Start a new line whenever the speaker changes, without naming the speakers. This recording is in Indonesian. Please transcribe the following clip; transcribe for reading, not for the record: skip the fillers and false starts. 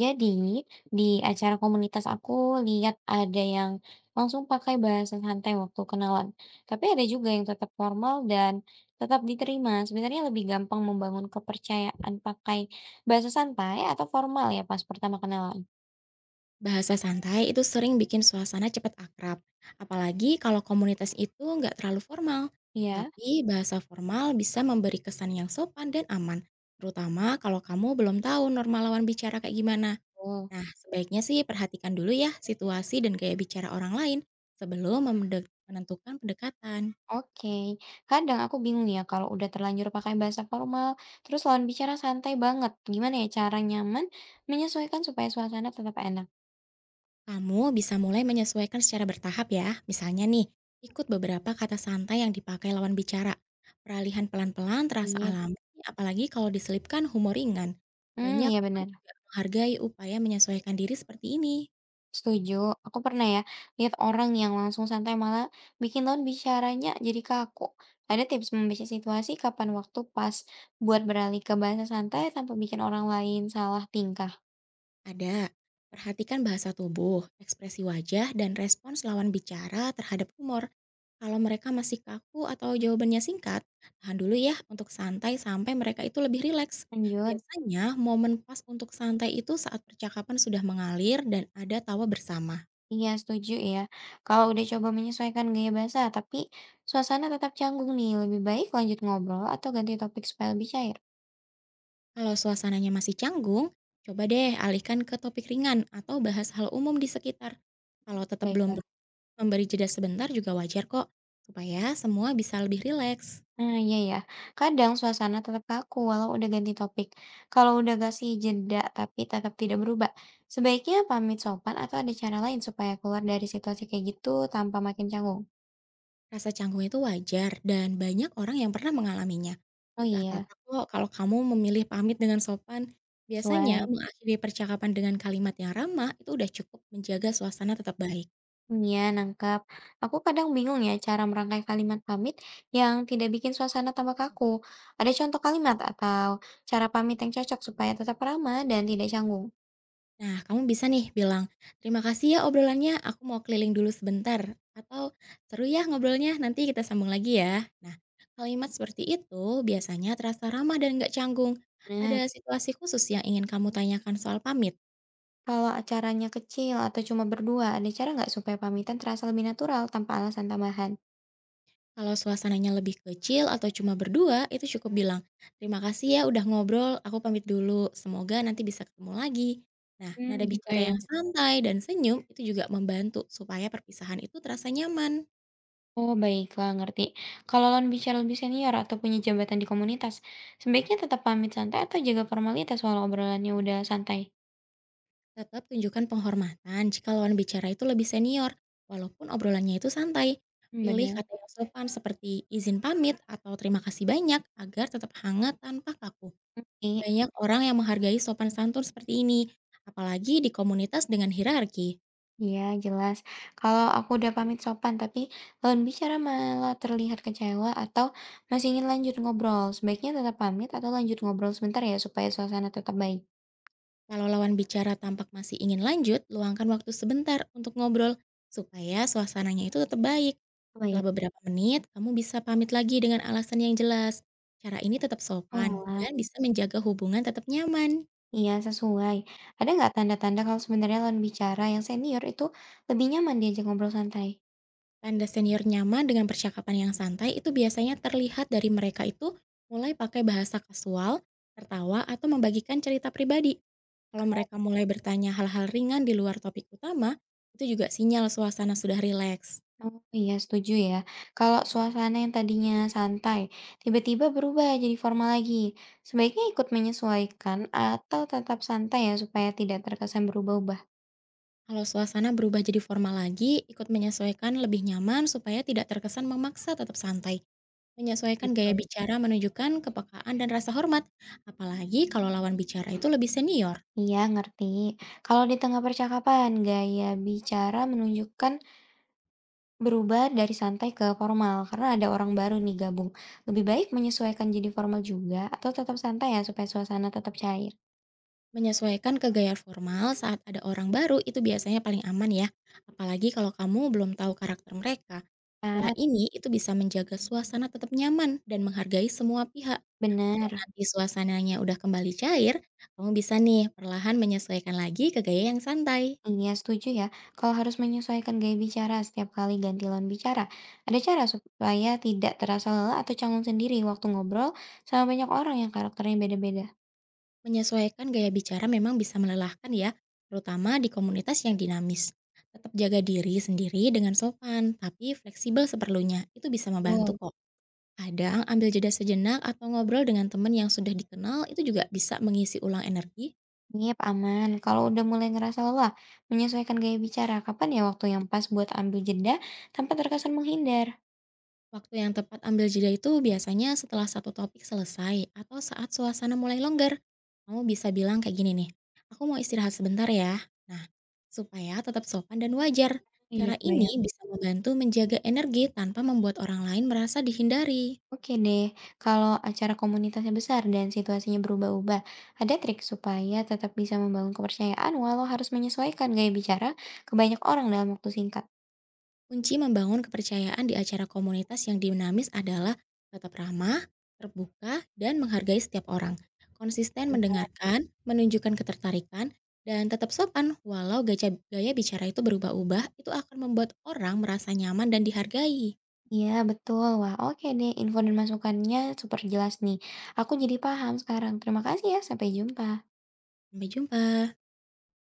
Jadi, di acara komunitas aku lihat ada yang langsung pakai bahasa santai waktu kenalan. Tapi ada juga yang tetap formal dan tetap diterima. Sebenarnya lebih gampang membangun kepercayaan pakai bahasa santai atau formal ya pas pertama kenalan.
Bahasa santai itu sering bikin suasana cepat akrab, apalagi kalau komunitas itu nggak terlalu formal.
Ya,
Tapi bahasa formal bisa memberi kesan yang sopan dan aman, terutama kalau kamu belum tahu norma lawan bicara kayak gimana.
Oh,
Nah, sebaiknya sih perhatikan dulu ya situasi dan gaya bicara orang lain sebelum menentukan pendekatan.
oke. Kadang aku bingung ya kalau udah terlanjur pakai bahasa formal, terus lawan bicara santai banget. Gimana ya cara nyaman menyesuaikan supaya suasana tetap enak?
Kamu bisa mulai menyesuaikan secara bertahap ya. Misalnya nih, ikut beberapa kata santai yang dipakai lawan bicara. Peralihan pelan-pelan terasa
Iya.
alami, apalagi kalau diselipkan humor ringan. Banyak
Iya
orang
benar.
juga menghargai upaya menyesuaikan diri seperti ini.
Setuju, aku pernah ya lihat orang yang langsung santai malah bikin lawan bicaranya jadi kaku. Ada tips membaca situasi kapan waktu pas buat beralih ke bahasa santai tanpa bikin orang lain salah tingkah?
Ada. Perhatikan bahasa tubuh, ekspresi wajah, dan respons lawan bicara terhadap humor. Kalau mereka masih kaku atau jawabannya singkat, tahan dulu ya untuk santai sampai mereka itu lebih rileks.
Lanjut.
Biasanya momen pas untuk santai itu saat percakapan sudah mengalir dan ada tawa bersama.
Iya, setuju ya. Kalau udah coba menyesuaikan gaya bahasa tapi suasana tetap canggung nih, lebih baik lanjut ngobrol atau ganti topik supaya lebih cair.
Kalau suasananya masih canggung, coba deh alihkan ke topik ringan atau bahas hal umum di sekitar. Kalau tetap
Baik.
belum memberi jeda sebentar juga wajar kok, supaya semua bisa lebih rileks.
Nah, iya ya. Kadang suasana tetap kaku walau udah ganti topik. Kalau udah kasih jeda tapi tetap tidak berubah, sebaiknya pamit sopan atau ada cara lain supaya keluar dari situasi kayak gitu tanpa makin canggung?
Rasa canggung itu wajar dan banyak orang yang pernah mengalaminya.
Oh
Gak
iya,
apa-apa kok kalau kamu memilih pamit dengan sopan. Biasanya
sesuai.
mengakhiri percakapan dengan kalimat yang ramah itu udah cukup menjaga suasana tetap baik.
Iya, nangkep. Aku kadang bingung ya cara merangkai kalimat pamit yang tidak bikin suasana tambah kaku. Ada contoh kalimat atau cara pamit yang cocok supaya tetap ramah dan tidak canggung?
Nah, kamu bisa nih bilang, terima kasih ya obrolannya, aku mau keliling dulu sebentar. Atau, seru ya ngobrolnya, nanti kita sambung lagi ya. Nah, kalimat seperti itu biasanya terasa ramah dan gak canggung.
Nah,
Ada situasi khusus yang ingin kamu tanyakan soal pamit?
kalau acaranya kecil atau cuma berdua, ada cara nggak supaya pamitan terasa lebih natural tanpa alasan tambahan?
Kalau suasananya lebih kecil atau cuma berdua, itu cukup bilang, "Terima kasih ya udah ngobrol, aku pamit dulu. Semoga nanti bisa ketemu lagi." Nah, nada
Gitu
bicara
ya.
yang santai dan senyum itu juga membantu supaya perpisahan itu terasa nyaman.
Oh, baiklah, ngerti. Kalau lawan bicara lebih senior atau punya jabatan di komunitas, sebaiknya tetap pamit santai atau jaga formalitas walau obrolannya udah santai.
Tetap tunjukkan penghormatan jika lawan bicara itu lebih senior, walaupun obrolannya itu santai. Pilih kata
Benar.
yang sopan seperti izin pamit atau terima kasih banyak agar tetap hangat tanpa kaku.
I-
Banyak orang yang menghargai sopan santun seperti ini, apalagi di komunitas dengan hierarki.
Iya, jelas. Kalau aku udah pamit sopan, tapi lawan bicara malah terlihat kecewa atau masih ingin lanjut ngobrol, sebaiknya tetap pamit atau lanjut ngobrol sebentar ya supaya suasana tetap baik.
Kalau lawan bicara tampak masih ingin lanjut, luangkan waktu sebentar untuk ngobrol supaya suasananya itu tetap baik. Setelah
Baik.
beberapa menit, kamu bisa pamit lagi dengan alasan yang jelas. Cara ini tetap sopan
Walah.
dan bisa menjaga hubungan tetap nyaman.
Iya, sesuai. Ada nggak tanda-tanda kalau sebenarnya lawan bicara yang senior itu lebih nyaman diajak ngobrol santai?
Tanda senior nyaman dengan percakapan yang santai itu biasanya terlihat dari mereka itu mulai pakai bahasa kasual, tertawa, atau membagikan cerita pribadi. Kalau mereka mulai bertanya hal-hal ringan di luar topik utama, itu juga sinyal suasana sudah rileks.
Oh iya, setuju ya. Kalau suasana yang tadinya santai, tiba-tiba berubah jadi formal lagi. Sebaiknya ikut menyesuaikan atau tetap santai ya supaya tidak terkesan berubah-ubah
Kalau suasana berubah jadi formal lagi, ikut menyesuaikan lebih nyaman supaya tidak terkesan memaksa tetap santai. Menyesuaikan gaya
gitu.
bicara menunjukkan kepekaan dan rasa hormat, apalagi kalau lawan bicara itu lebih senior.
Iya, ngerti. Kalau di tengah percakapan, gaya bicara menunjukkan berubah dari santai ke formal karena ada orang baru nih gabung. Lebih baik menyesuaikan jadi formal juga atau tetap santai ya supaya suasana tetap cair.
Menyesuaikan ke gaya formal saat ada orang baru itu biasanya paling aman ya, apalagi kalau kamu belum tahu karakter mereka.
Ah,
Cara ini itu bisa menjaga suasana tetap nyaman dan menghargai semua pihak. Kalau
bener.
nanti suasananya udah kembali cair, kamu bisa nih perlahan menyesuaikan lagi ke gaya yang santai.
Iya setuju ya. Kalau harus menyesuaikan gaya bicara setiap kali ganti lawan bicara, ada cara supaya tidak terasa lelah atau canggung sendiri waktu ngobrol sama banyak orang yang karakternya beda-beda.
Menyesuaikan gaya bicara memang bisa melelahkan ya, terutama di komunitas yang dinamis. Tetap jaga diri sendiri dengan sopan, tapi fleksibel seperlunya. Itu bisa membantu
Betul.
kok. Kadang ambil jeda sejenak atau ngobrol dengan teman yang sudah dikenal itu juga bisa mengisi ulang energi.
Yep, aman. Kalau udah mulai ngerasa lelah, menyesuaikan gaya bicara, kapan ya waktu yang pas buat ambil jeda tanpa terkesan menghindar?
Waktu yang tepat ambil jeda itu biasanya setelah satu topik selesai atau saat suasana mulai longgar. Kamu bisa bilang kayak gini nih, aku mau istirahat sebentar ya. Nah, supaya tetap sopan dan wajar.
Iya,
Cara
kebayang.
ini bisa membantu menjaga energi tanpa membuat orang lain merasa dihindari.
Oke deh, kalau acara komunitasnya besar dan situasinya berubah-ubah, ada trik supaya tetap bisa membangun kepercayaan walau harus menyesuaikan gaya bicara ke banyak orang dalam waktu singkat.
Kunci membangun kepercayaan di acara komunitas yang dinamis adalah tetap ramah, terbuka, dan menghargai setiap orang. Konsisten
Cocok.
mendengarkan, menunjukkan ketertarikan, dan tetap sopan walau gaya bicara itu berubah-ubah, itu akan membuat orang merasa nyaman dan dihargai.
Iya, betul. Wah, oke deh. Info dan masukannya super jelas nih. Aku jadi paham sekarang. Terima kasih ya. Sampai jumpa.
Sampai jumpa.